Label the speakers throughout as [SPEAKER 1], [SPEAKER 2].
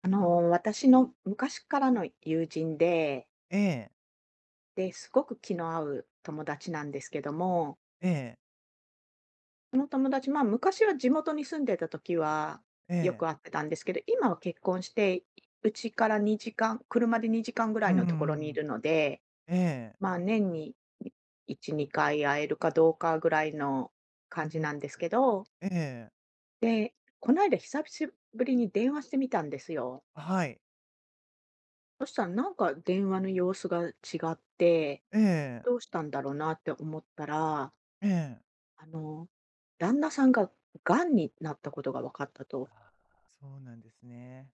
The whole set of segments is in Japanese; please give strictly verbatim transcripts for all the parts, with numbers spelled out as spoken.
[SPEAKER 1] あの、私の昔からの友人で、
[SPEAKER 2] ええ、
[SPEAKER 1] で、すごく気の合う友達なんですけども、
[SPEAKER 2] ええ、
[SPEAKER 1] その友達、まあ、昔は地元に住んでた時は
[SPEAKER 2] え
[SPEAKER 1] よ
[SPEAKER 2] え、
[SPEAKER 1] く会ってたんですけど、今は結婚して、うちからにじかん、車でにじかんぐら
[SPEAKER 2] う
[SPEAKER 1] い
[SPEAKER 2] んう
[SPEAKER 1] のところにい
[SPEAKER 2] ん、
[SPEAKER 1] るので、
[SPEAKER 2] ええ、
[SPEAKER 1] まあ、年にいち、にかい会えるかどうかぐらいの
[SPEAKER 2] う
[SPEAKER 1] 感じ
[SPEAKER 2] ん、
[SPEAKER 1] なんですけど、
[SPEAKER 2] ええ、
[SPEAKER 1] で、この間久しぶりに電話してみたんですよ。
[SPEAKER 2] はい、
[SPEAKER 1] そしたらなんか電話の様子が違って、
[SPEAKER 2] ええ、
[SPEAKER 1] どうしたんだろうなって思ったら、
[SPEAKER 2] ええ。
[SPEAKER 1] あの、旦那さんが癌になったことが分かったと。
[SPEAKER 2] そうなんですね。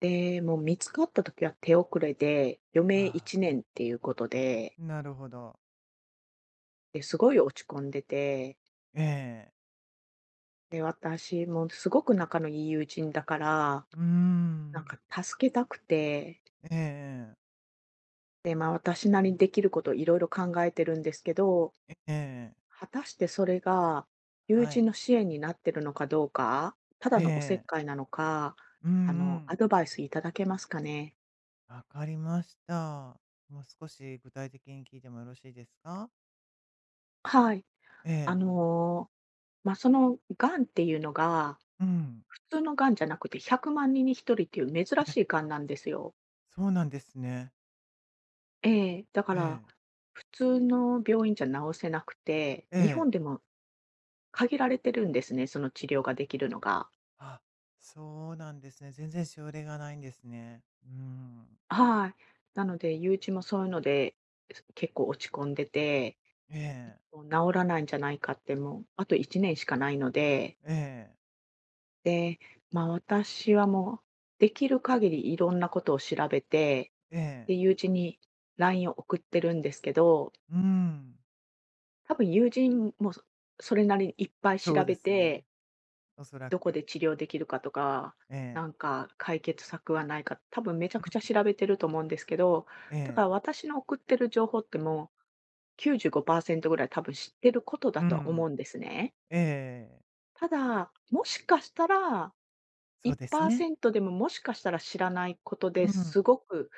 [SPEAKER 1] で、もう見つかった時は手遅れで、余命
[SPEAKER 2] ああ、
[SPEAKER 1] いちねんっていうことで、
[SPEAKER 2] なるほど。
[SPEAKER 1] で、すごい落ち込んでて、
[SPEAKER 2] ええ、
[SPEAKER 1] で、私もすごく仲のいい友人だから、
[SPEAKER 2] うー
[SPEAKER 1] なん
[SPEAKER 2] ん、
[SPEAKER 1] か助けたくて、
[SPEAKER 2] ええ
[SPEAKER 1] で、まあ私なりにできることをいろいろ考えてるんですけど、
[SPEAKER 2] ええ、ええ、
[SPEAKER 1] 果たしてそれが友
[SPEAKER 2] は
[SPEAKER 1] 人
[SPEAKER 2] い、
[SPEAKER 1] の支援になってるのかどうか、ただ
[SPEAKER 2] え
[SPEAKER 1] のおせっ
[SPEAKER 2] え、
[SPEAKER 1] かいなのか、
[SPEAKER 2] うんう
[SPEAKER 1] あの、ア
[SPEAKER 2] ん、
[SPEAKER 1] ドバイスいただけますかね？
[SPEAKER 2] わかりました。もう少し具体的に聞いてもよろしいですか？
[SPEAKER 1] はい。
[SPEAKER 2] え
[SPEAKER 1] あ
[SPEAKER 2] え、
[SPEAKER 1] の、まあ、その癌っていうのが、
[SPEAKER 2] うん、
[SPEAKER 1] 普通の癌じゃなくてひゃくまん人にひとりっていう珍しい癌なんですよ。
[SPEAKER 2] そうなんですね。
[SPEAKER 1] ええ、だか
[SPEAKER 2] え
[SPEAKER 1] ら、
[SPEAKER 2] え、
[SPEAKER 1] 普通の病院じゃ治せなくて、
[SPEAKER 2] え
[SPEAKER 1] 日
[SPEAKER 2] え。
[SPEAKER 1] 本でも限られてるんですね、その治療ができるのが。
[SPEAKER 2] あ、そうなんですね。全然しおれがないんですね。うん。
[SPEAKER 1] はい。なので友人もそういうので、結構落ち込んでて
[SPEAKER 2] ええ、
[SPEAKER 1] 治らないんじゃないかって、もうあといちねんしかないので、
[SPEAKER 2] ええ、
[SPEAKER 1] で、まあ、私はもうできる限りいろんなことを調べて、
[SPEAKER 2] え
[SPEAKER 1] で、
[SPEAKER 2] え。
[SPEAKER 1] 友人に ライン を送ってるんですけど、
[SPEAKER 2] うん、
[SPEAKER 1] 多分友人もそそれなりにいっぱい
[SPEAKER 2] そ
[SPEAKER 1] 調
[SPEAKER 2] うで
[SPEAKER 1] べ
[SPEAKER 2] す
[SPEAKER 1] て、
[SPEAKER 2] ね。おそら
[SPEAKER 1] どこ
[SPEAKER 2] く。
[SPEAKER 1] で治療できるかとか、
[SPEAKER 2] え
[SPEAKER 1] な
[SPEAKER 2] え、
[SPEAKER 1] んか解決策はないか、多分めちゃ
[SPEAKER 2] う
[SPEAKER 1] くちゃ
[SPEAKER 2] ん、
[SPEAKER 1] 調べてると思うんですけど、
[SPEAKER 2] え
[SPEAKER 1] だから
[SPEAKER 2] え、
[SPEAKER 1] 私の送ってる情報ってもうきゅうじゅうごパーセントぐらい多分知ってることだ
[SPEAKER 2] う
[SPEAKER 1] とは思
[SPEAKER 2] ん、
[SPEAKER 1] うんですね。
[SPEAKER 2] ええ。
[SPEAKER 1] ただ、もしかしたら、
[SPEAKER 2] そうですね。
[SPEAKER 1] いちパーセントでももしかしたら知らないことで
[SPEAKER 2] うん、
[SPEAKER 1] すごく、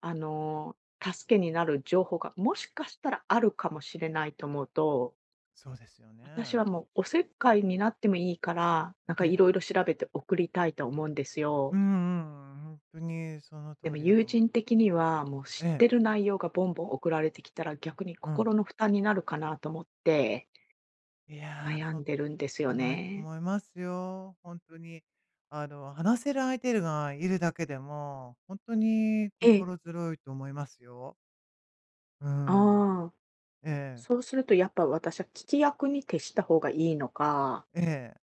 [SPEAKER 1] あの、助けになる情報がもしかしたらあるかもしれないと思うと、
[SPEAKER 2] そうですよね。
[SPEAKER 1] 私はもうおせっかいになってもいいから、なんか
[SPEAKER 2] え
[SPEAKER 1] いろ
[SPEAKER 2] え、
[SPEAKER 1] いろ調べて送りたいと思うんですよ。
[SPEAKER 2] うんうん、本当にその
[SPEAKER 1] で
[SPEAKER 2] 通
[SPEAKER 1] も
[SPEAKER 2] りだ
[SPEAKER 1] 友
[SPEAKER 2] と思う。
[SPEAKER 1] 人的にはもう知
[SPEAKER 2] え
[SPEAKER 1] っ
[SPEAKER 2] え、
[SPEAKER 1] てる内容がボンボン送られてきたら逆に
[SPEAKER 2] うん。
[SPEAKER 1] 心の負担になるかなと思って
[SPEAKER 2] いやー、
[SPEAKER 1] 悩
[SPEAKER 2] そ
[SPEAKER 1] んでるんですよ
[SPEAKER 2] はないと
[SPEAKER 1] ね。
[SPEAKER 2] 思いますよ。本当に、あの、話せる相手がいるだけでも、本当に
[SPEAKER 1] ええ。
[SPEAKER 2] 心強いと思いますよ。うん。
[SPEAKER 1] ああ。
[SPEAKER 2] ええ、
[SPEAKER 1] そうするとやっぱ私は聞き役に徹した方がいいのか、
[SPEAKER 2] ええ、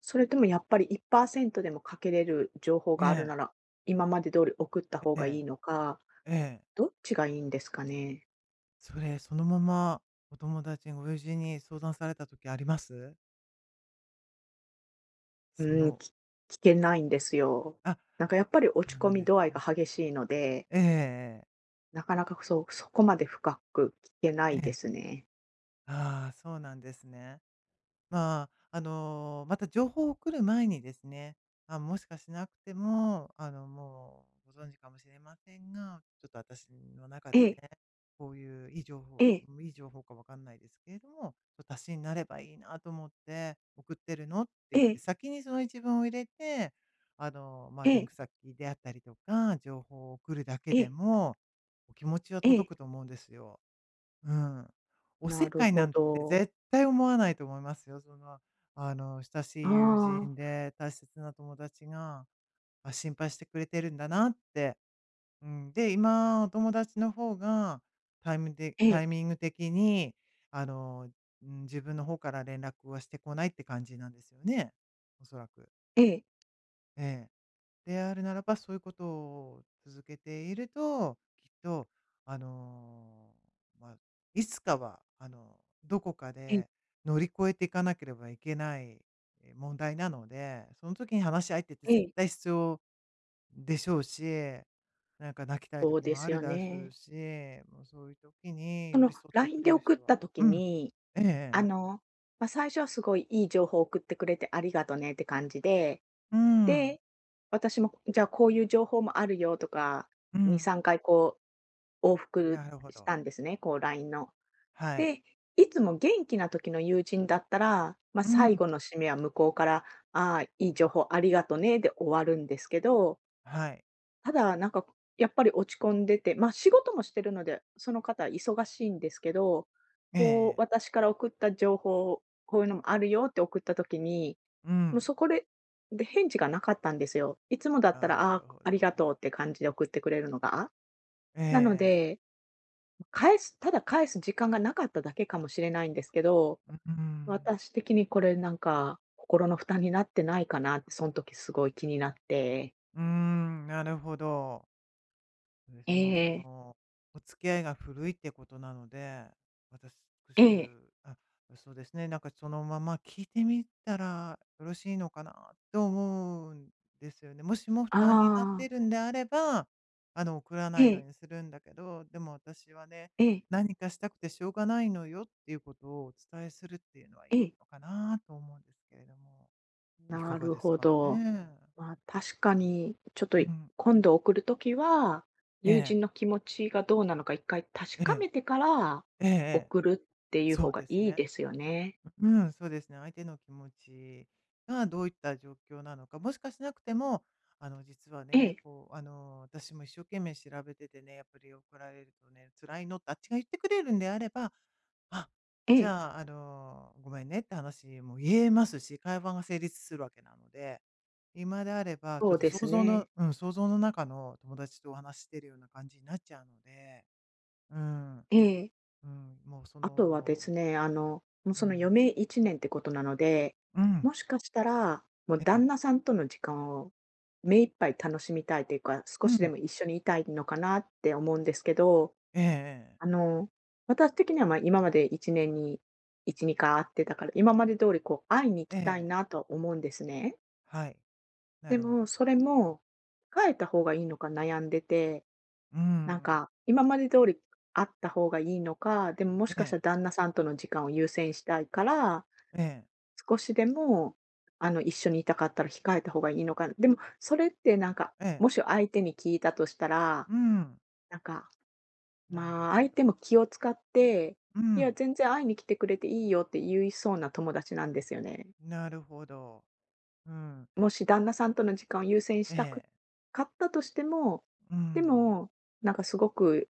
[SPEAKER 1] それともやっぱりいちパーセントでもかけれる情報
[SPEAKER 2] え
[SPEAKER 1] があるな
[SPEAKER 2] え、
[SPEAKER 1] ら、今まで通り送った方
[SPEAKER 2] え
[SPEAKER 1] がいい
[SPEAKER 2] え、
[SPEAKER 1] のか、
[SPEAKER 2] ええ。
[SPEAKER 1] どっちがいいんですかね。
[SPEAKER 2] それ、そのままお友達に、ご友人に相談された時あります？
[SPEAKER 1] う
[SPEAKER 2] そ
[SPEAKER 1] ーん、
[SPEAKER 2] の、
[SPEAKER 1] き聞けないんですよ。
[SPEAKER 2] あ、
[SPEAKER 1] なんかやっぱり
[SPEAKER 2] そ
[SPEAKER 1] 落ち
[SPEAKER 2] う
[SPEAKER 1] 込
[SPEAKER 2] なん
[SPEAKER 1] み
[SPEAKER 2] です
[SPEAKER 1] 度合いが
[SPEAKER 2] か。
[SPEAKER 1] 激しいので、
[SPEAKER 2] えええええ。
[SPEAKER 1] なかなかそう、そこまで深く聞けな
[SPEAKER 2] え
[SPEAKER 1] いで
[SPEAKER 2] え。
[SPEAKER 1] すね。
[SPEAKER 2] ああ、そうなんですね。まあ、あの、また情報を送る前にですね、あ、もしかしなくても、あの、もうご存知かもしれませんが、ちょっと私の中
[SPEAKER 1] え
[SPEAKER 2] でね、
[SPEAKER 1] え、
[SPEAKER 2] こういういい情
[SPEAKER 1] え
[SPEAKER 2] 報、
[SPEAKER 1] え、
[SPEAKER 2] いい情報かわかんないですけれども、ちょっと足しになればいいなと思って送ってるのって
[SPEAKER 1] え
[SPEAKER 2] 言って、
[SPEAKER 1] え、
[SPEAKER 2] 先にその一文を入れて、あの、まあ、
[SPEAKER 1] え
[SPEAKER 2] リン
[SPEAKER 1] え、
[SPEAKER 2] ク先であったりとか、情報を送るだけ
[SPEAKER 1] え
[SPEAKER 2] で
[SPEAKER 1] え、
[SPEAKER 2] も、お気持ちは
[SPEAKER 1] ええ。
[SPEAKER 2] 届くと思うんですよ。うん。お
[SPEAKER 1] な
[SPEAKER 2] せっ
[SPEAKER 1] る
[SPEAKER 2] かい
[SPEAKER 1] ほ
[SPEAKER 2] なんて
[SPEAKER 1] ど。
[SPEAKER 2] 絶対思わないと思いますよ。その、あの、親し
[SPEAKER 1] あ
[SPEAKER 2] い友
[SPEAKER 1] あ、
[SPEAKER 2] 人で大切な友達が、あ、心配してくれてるんだなって。うん、で、今、お友達の方が、タイムで
[SPEAKER 1] え
[SPEAKER 2] タ
[SPEAKER 1] え、
[SPEAKER 2] イミング的に、あの、うん、自分の方から連絡はしてこないって感じなんですよね。おそらく。
[SPEAKER 1] ええ、
[SPEAKER 2] ええ。であるならば、そういうことを続けていると、きっと、あの、まあ、いつかは、あの、どこか
[SPEAKER 1] ええ、
[SPEAKER 2] で乗り越えていかなければいけない、え、問題なので、その時に話し相手って
[SPEAKER 1] え
[SPEAKER 2] 絶
[SPEAKER 1] え。
[SPEAKER 2] 対必要でしょうし、なんか泣きたい
[SPEAKER 1] そう
[SPEAKER 2] 時
[SPEAKER 1] で
[SPEAKER 2] もあ
[SPEAKER 1] す
[SPEAKER 2] る
[SPEAKER 1] よ
[SPEAKER 2] だしう
[SPEAKER 1] ね。
[SPEAKER 2] し、もうそういう時に
[SPEAKER 1] そ
[SPEAKER 2] 寄り
[SPEAKER 1] の
[SPEAKER 2] 添ってく
[SPEAKER 1] ライン で
[SPEAKER 2] れる
[SPEAKER 1] 送っ
[SPEAKER 2] 人は、
[SPEAKER 1] た時
[SPEAKER 2] うん。
[SPEAKER 1] に、
[SPEAKER 2] え
[SPEAKER 1] あ
[SPEAKER 2] え、
[SPEAKER 1] の、まあ、最初はすごいいい情報を送ってくれてありがとねって感じで、
[SPEAKER 2] うん。
[SPEAKER 1] で、私もじゃあこういう情報もあるよとか、
[SPEAKER 2] う
[SPEAKER 1] に、
[SPEAKER 2] ん。
[SPEAKER 1] さんかいこう往復
[SPEAKER 2] なるほ
[SPEAKER 1] し
[SPEAKER 2] ど。
[SPEAKER 1] たんですね、こうラインの。
[SPEAKER 2] はい。
[SPEAKER 1] で、いつも元気な時の友人だったら、まあ、
[SPEAKER 2] う
[SPEAKER 1] 最
[SPEAKER 2] ん。
[SPEAKER 1] 後の締めは向こうから、ああ、いい情報ありがとねで終わるんですけど、
[SPEAKER 2] はい。
[SPEAKER 1] ただ、なんか、やっぱり落ち込んでて、ま、あ仕事もしてるので、その方忙しいんですけど、
[SPEAKER 2] え
[SPEAKER 1] こう、
[SPEAKER 2] え。
[SPEAKER 1] 私から送った情報、こういうのもあるよって送った時に、
[SPEAKER 2] う
[SPEAKER 1] もう
[SPEAKER 2] ん。
[SPEAKER 1] そこでで、返事がなかったんですよ。いつもだった
[SPEAKER 2] ああ、
[SPEAKER 1] ら、
[SPEAKER 2] な
[SPEAKER 1] ああ、
[SPEAKER 2] るほ
[SPEAKER 1] ありが
[SPEAKER 2] ど。
[SPEAKER 1] とうって感じで送ってくれるのが。
[SPEAKER 2] え
[SPEAKER 1] なの
[SPEAKER 2] え。
[SPEAKER 1] で、返すただ返す時間がなかっただけかもしれないんですけど、
[SPEAKER 2] うん。
[SPEAKER 1] 私的にこれなんか、心の負担になってないかなって、その時すごい気になって。
[SPEAKER 2] うーん、なるほど。そうです
[SPEAKER 1] え
[SPEAKER 2] ね、もうそ
[SPEAKER 1] え、
[SPEAKER 2] の、お付き合いが古いってことなので、私、
[SPEAKER 1] ええ、
[SPEAKER 2] あ、そうですね、なんかそのまま聞いてみたらよろしいのかなと思うんですよね。もしも負担になって
[SPEAKER 1] ああー。
[SPEAKER 2] いるんであれば、あの、送ら
[SPEAKER 1] え
[SPEAKER 2] ないよう
[SPEAKER 1] え、
[SPEAKER 2] にするんだけど、でも私はね、
[SPEAKER 1] ええ、
[SPEAKER 2] 何かしたくてしょうがないのよっていうことをお伝えするっていうのはい
[SPEAKER 1] え
[SPEAKER 2] い
[SPEAKER 1] え。
[SPEAKER 2] のかなと思うんですけれども。いか
[SPEAKER 1] な
[SPEAKER 2] が
[SPEAKER 1] る
[SPEAKER 2] です
[SPEAKER 1] ほ
[SPEAKER 2] か
[SPEAKER 1] ど。
[SPEAKER 2] ね。
[SPEAKER 1] まあ、確かに、ちょっと、
[SPEAKER 2] う
[SPEAKER 1] い
[SPEAKER 2] ん。
[SPEAKER 1] 今度送るときは、
[SPEAKER 2] え
[SPEAKER 1] 友
[SPEAKER 2] え、
[SPEAKER 1] 人の気持ちがどうなのか一回確
[SPEAKER 2] え
[SPEAKER 1] か
[SPEAKER 2] え、
[SPEAKER 1] めてから、
[SPEAKER 2] ええええ。
[SPEAKER 1] 送るっていう
[SPEAKER 2] そ
[SPEAKER 1] 方
[SPEAKER 2] う
[SPEAKER 1] が
[SPEAKER 2] です
[SPEAKER 1] いい
[SPEAKER 2] ね。
[SPEAKER 1] ですよね。
[SPEAKER 2] うん、そうですね。相手の気持ちがどういった状況なのか、もしかしなくても、あの、実は
[SPEAKER 1] え
[SPEAKER 2] ね、
[SPEAKER 1] え、
[SPEAKER 2] こう、あの、私も一生懸命調べててね、やっぱり怒られるとね、辛いのってあっちが言ってくれるんであれば、あ、
[SPEAKER 1] え
[SPEAKER 2] じ
[SPEAKER 1] え、
[SPEAKER 2] ゃあ、あの、ごめんねって話も言えますし、会話が成立するわけなので、今であれば、ち
[SPEAKER 1] そ
[SPEAKER 2] ょっ
[SPEAKER 1] う
[SPEAKER 2] と
[SPEAKER 1] です
[SPEAKER 2] 想像の、
[SPEAKER 1] ね。
[SPEAKER 2] うん、想像の中の友達とお話ししてるような感じになっちゃうので、うん、
[SPEAKER 1] ええ。
[SPEAKER 2] うん、もうそ
[SPEAKER 1] あとはです
[SPEAKER 2] の、
[SPEAKER 1] ね、あの、もう
[SPEAKER 2] う
[SPEAKER 1] その余
[SPEAKER 2] ん、
[SPEAKER 1] 命いちねんってことなので、
[SPEAKER 2] うん、
[SPEAKER 1] もしかしたら、もう
[SPEAKER 2] え
[SPEAKER 1] 旦
[SPEAKER 2] え、
[SPEAKER 1] 那さんとの時間を目いっぱい楽しみたいというか、少
[SPEAKER 2] う
[SPEAKER 1] しで
[SPEAKER 2] ん。
[SPEAKER 1] も一緒にいたいのかなって思うんですけど、
[SPEAKER 2] えええ
[SPEAKER 1] あ
[SPEAKER 2] え。
[SPEAKER 1] の、私的には、ま、今までいちねんにいち、にかい会ってたから、今まで通りこう会いに行き
[SPEAKER 2] え
[SPEAKER 1] たいな
[SPEAKER 2] え。
[SPEAKER 1] とは思うんですね。
[SPEAKER 2] はい。な
[SPEAKER 1] で
[SPEAKER 2] るほ
[SPEAKER 1] も、
[SPEAKER 2] ど。
[SPEAKER 1] それも、控えた方がいいのか悩んでて、
[SPEAKER 2] うー
[SPEAKER 1] なん
[SPEAKER 2] ん。
[SPEAKER 1] か、今まで通り会った方がいいのか、でもも
[SPEAKER 2] え
[SPEAKER 1] しかした
[SPEAKER 2] え。
[SPEAKER 1] ら旦那さんとの時間を優先したいから、
[SPEAKER 2] ええ。
[SPEAKER 1] 少しでも、あの、一緒にいたかったら控えた方がいいのか、でも、それってなんか、
[SPEAKER 2] ええ。
[SPEAKER 1] もし相手に聞いたとしたら、
[SPEAKER 2] うん。
[SPEAKER 1] なんか
[SPEAKER 2] なる
[SPEAKER 1] まあ、
[SPEAKER 2] ほ
[SPEAKER 1] 相手も
[SPEAKER 2] ど。
[SPEAKER 1] 気を使って、
[SPEAKER 2] う
[SPEAKER 1] いや、
[SPEAKER 2] ん。
[SPEAKER 1] 全然会いに来てくれていいよって言いそうな友達なんですよね。
[SPEAKER 2] なるほど。うん。
[SPEAKER 1] もし旦那さんとの時間を優先し
[SPEAKER 2] え
[SPEAKER 1] たく
[SPEAKER 2] え。
[SPEAKER 1] かったとしても、
[SPEAKER 2] うんう
[SPEAKER 1] で
[SPEAKER 2] ん。
[SPEAKER 1] も、なんかすごく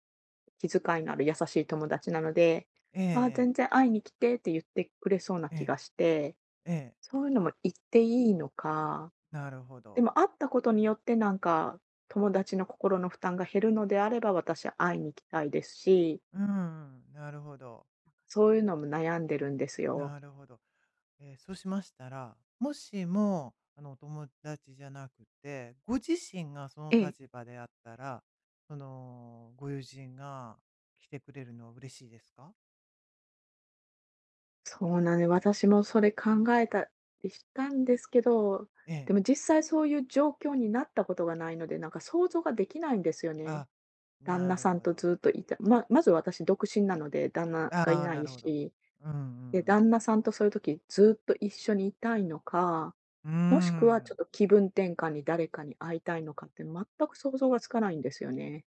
[SPEAKER 1] 気遣いのある優しい友達なので、
[SPEAKER 2] ええ
[SPEAKER 1] ああ、全
[SPEAKER 2] え
[SPEAKER 1] 然
[SPEAKER 2] え。
[SPEAKER 1] 会いに来てって言ってくれそうな
[SPEAKER 2] え
[SPEAKER 1] 気が
[SPEAKER 2] え。
[SPEAKER 1] して、
[SPEAKER 2] ええ。
[SPEAKER 1] そういうのも言っていいのか、
[SPEAKER 2] なるほ
[SPEAKER 1] で
[SPEAKER 2] ど。
[SPEAKER 1] も会ったことによってなんか友達の心の負担が減るのであれば私は会いに行きたいですし、
[SPEAKER 2] うんうん。なるほど、
[SPEAKER 1] そういうのも悩んでるん
[SPEAKER 2] うん、ええ、うん、ええええええ、なるほど、うん、なるほど、
[SPEAKER 1] ですよ。
[SPEAKER 2] なるほど。えー、そうしましたら、もしも、あの、お友達じゃなくて、ご自身がその
[SPEAKER 1] ええ、
[SPEAKER 2] 立場であったら、その、ご友人が来てくれるのは嬉しいですか？
[SPEAKER 1] そうなんで、私もそれ考えたりしたんですけど、
[SPEAKER 2] え
[SPEAKER 1] で
[SPEAKER 2] え。
[SPEAKER 1] も実際そういう状況になったことがないので、なんか想像ができないんですよね。
[SPEAKER 2] あ、
[SPEAKER 1] 旦
[SPEAKER 2] な
[SPEAKER 1] 那
[SPEAKER 2] る
[SPEAKER 1] さん
[SPEAKER 2] ほ
[SPEAKER 1] と
[SPEAKER 2] ど。
[SPEAKER 1] ずっといたままず私独身なので、旦那がい
[SPEAKER 2] ああ、
[SPEAKER 1] な
[SPEAKER 2] な
[SPEAKER 1] い
[SPEAKER 2] るほど。
[SPEAKER 1] し、
[SPEAKER 2] うんうんう
[SPEAKER 1] で、
[SPEAKER 2] ん。
[SPEAKER 1] 旦那さんとそういう時ずっと一緒にいたいのか、
[SPEAKER 2] うー
[SPEAKER 1] もしくはち
[SPEAKER 2] ん。
[SPEAKER 1] ょっと気分転換に誰かに会いたいのかって全く想像がつかないんですよね。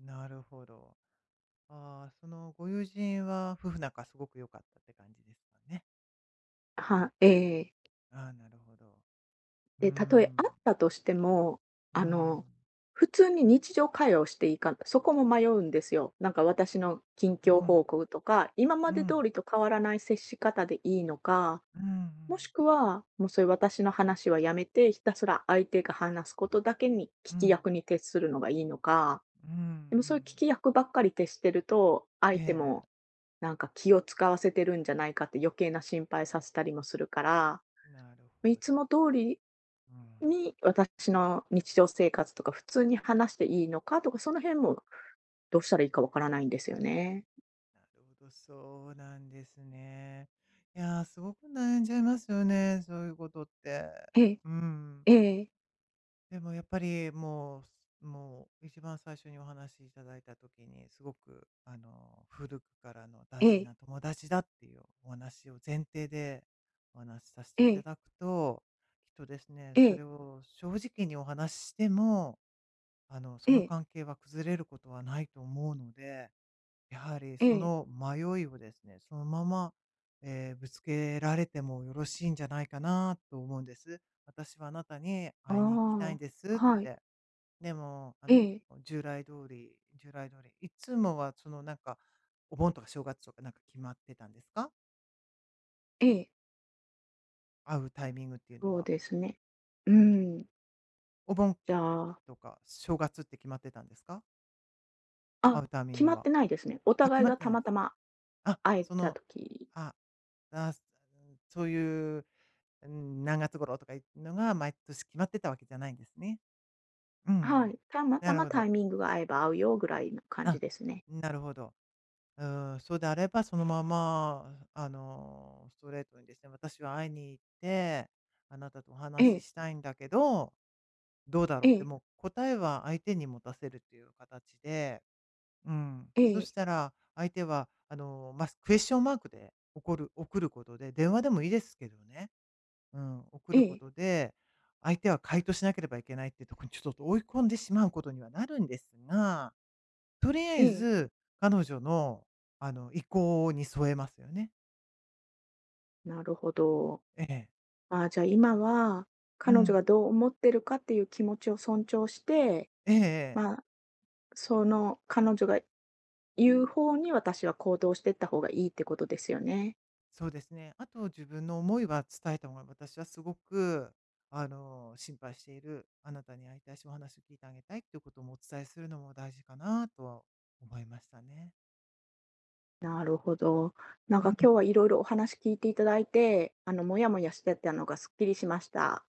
[SPEAKER 2] なるほど。ああ、そのご友人は夫婦仲すごく良かったって感じですかね。
[SPEAKER 1] はええ。
[SPEAKER 2] ああ、なるほど。うー
[SPEAKER 1] で、たとえあっ
[SPEAKER 2] ん。
[SPEAKER 1] たとしても、
[SPEAKER 2] う
[SPEAKER 1] あの、
[SPEAKER 2] ん。
[SPEAKER 1] 普通に日常会話をしていいか、そこも迷うんですよ。なんか私の近
[SPEAKER 2] う
[SPEAKER 1] 況
[SPEAKER 2] ん。
[SPEAKER 1] 報告とか、今ま
[SPEAKER 2] う
[SPEAKER 1] で通
[SPEAKER 2] ん。
[SPEAKER 1] りと変わらない接し方でいいのか、
[SPEAKER 2] うん。う
[SPEAKER 1] もし
[SPEAKER 2] ん。
[SPEAKER 1] くは、もうそういう私の話はやめて、ひたすら相手が話すことだけに
[SPEAKER 2] う
[SPEAKER 1] 聞き
[SPEAKER 2] ん。
[SPEAKER 1] 役に徹するのがいいのか、
[SPEAKER 2] うんう
[SPEAKER 1] でもそういう
[SPEAKER 2] ん。
[SPEAKER 1] 聞き役ばっかり徹してると、相手も
[SPEAKER 2] え
[SPEAKER 1] なんか気を使わせてるんじゃないかって余計な心配させたりもするから、
[SPEAKER 2] え、なる
[SPEAKER 1] い
[SPEAKER 2] ほ
[SPEAKER 1] つ
[SPEAKER 2] ど。
[SPEAKER 1] も通り
[SPEAKER 2] うん。
[SPEAKER 1] に、私の日常生活とか普通に話していいのかとか、その辺もどうしたらいいかわからないんですよね。
[SPEAKER 2] なるほど、そうなんですね。いやー、すごく悩んじゃいますよね、そういうことって。
[SPEAKER 1] ええ、
[SPEAKER 2] うん。
[SPEAKER 1] ええ、
[SPEAKER 2] でもやっぱりもう、もう一番最初にお話しいただいた時に、すごく、あの、古くからの大
[SPEAKER 1] え
[SPEAKER 2] 事
[SPEAKER 1] え、
[SPEAKER 2] な友達だっていうお話を前提でお話しさせて
[SPEAKER 1] え
[SPEAKER 2] いた
[SPEAKER 1] え、
[SPEAKER 2] だくと、きっとですね、
[SPEAKER 1] え
[SPEAKER 2] そ
[SPEAKER 1] え、
[SPEAKER 2] れを正直にお話ししても、あの、
[SPEAKER 1] え
[SPEAKER 2] その
[SPEAKER 1] え、
[SPEAKER 2] 関係は崩れることはないと思うので、やはり
[SPEAKER 1] え
[SPEAKER 2] そ
[SPEAKER 1] え。
[SPEAKER 2] の迷いをですね、そのまま、えーぶつけられてもよろしいんじゃないかなと思うんです。私はあなたに会いに行きたい
[SPEAKER 1] あ
[SPEAKER 2] んです
[SPEAKER 1] あ。
[SPEAKER 2] っ
[SPEAKER 1] はい、
[SPEAKER 2] て。でも、あ
[SPEAKER 1] え
[SPEAKER 2] の、
[SPEAKER 1] え、
[SPEAKER 2] 従来通り、従来通り、いつもはそのなんか、お盆とか正月とかなんか決まってたんですか？
[SPEAKER 1] ええ。
[SPEAKER 2] 会うタイミングっていうの
[SPEAKER 1] そう
[SPEAKER 2] は。
[SPEAKER 1] ですね。うーん、
[SPEAKER 2] お盆
[SPEAKER 1] じゃあ、
[SPEAKER 2] とか正月って決まってたんですか？会
[SPEAKER 1] あ、
[SPEAKER 2] うタイミ
[SPEAKER 1] 決
[SPEAKER 2] ン
[SPEAKER 1] ま
[SPEAKER 2] グ
[SPEAKER 1] っ
[SPEAKER 2] は。
[SPEAKER 1] てないですね。お
[SPEAKER 2] あ、決
[SPEAKER 1] 互い
[SPEAKER 2] まっ
[SPEAKER 1] が
[SPEAKER 2] て
[SPEAKER 1] た
[SPEAKER 2] ない
[SPEAKER 1] ま
[SPEAKER 2] です
[SPEAKER 1] た
[SPEAKER 2] か？
[SPEAKER 1] ま
[SPEAKER 2] あ、
[SPEAKER 1] 会え
[SPEAKER 2] そ
[SPEAKER 1] た
[SPEAKER 2] の、
[SPEAKER 1] 時
[SPEAKER 2] あ、あー、そういう、うん、何月頃とかいうのが毎年決まってたわけじゃないんですね。うんう
[SPEAKER 1] は
[SPEAKER 2] ん。
[SPEAKER 1] い。たまた
[SPEAKER 2] なる
[SPEAKER 1] ま
[SPEAKER 2] ほ
[SPEAKER 1] タイ
[SPEAKER 2] ど。
[SPEAKER 1] ミングが合えば会うよぐらいの感じ
[SPEAKER 2] あ、
[SPEAKER 1] ですね。
[SPEAKER 2] なるほど。うん、そうであれば、そのまま、あの、ストレートにですね、私は会いに行って、あなたとお
[SPEAKER 1] え
[SPEAKER 2] 話
[SPEAKER 1] え、
[SPEAKER 2] ししたいんだけど、どうだろ
[SPEAKER 1] え
[SPEAKER 2] うって、
[SPEAKER 1] え、
[SPEAKER 2] もう答えは相手に持たせるっていう形で、うん、
[SPEAKER 1] え
[SPEAKER 2] そ
[SPEAKER 1] え、
[SPEAKER 2] したら相手は、あの、まあ、クエスチョンマークでおこる送ることで、電話でもいいですけどね、うん、送
[SPEAKER 1] え
[SPEAKER 2] るこ
[SPEAKER 1] え、
[SPEAKER 2] とで、相手は回答しなければいけないっていうところにちょっと追い込んでしまうことにはなるんですが、とりあ
[SPEAKER 1] え
[SPEAKER 2] え
[SPEAKER 1] え。
[SPEAKER 2] ず彼女の、あの、意向に添えますよね。
[SPEAKER 1] なるほど。
[SPEAKER 2] ええ。
[SPEAKER 1] ああ、じゃあ今は、
[SPEAKER 2] う
[SPEAKER 1] 彼女
[SPEAKER 2] ん。
[SPEAKER 1] がどう思ってるかっていう気持ちを尊重して、
[SPEAKER 2] ええええ。
[SPEAKER 1] まあ、その彼女が言う方に私は行動していった方がいいってことですよね。
[SPEAKER 2] そうですね。あと自分の思いは伝えた方が私はすごく、あの、心配している、あなたに会いたいし、お話を聞いてあげたいっていうこともお伝えするのも大事かなとは思いましたね。
[SPEAKER 1] なるほど。なん
[SPEAKER 2] う
[SPEAKER 1] か
[SPEAKER 2] ん。
[SPEAKER 1] 今日はいろいろお話聞いていただいて、あの、もやもやしてたのがすっきりしました。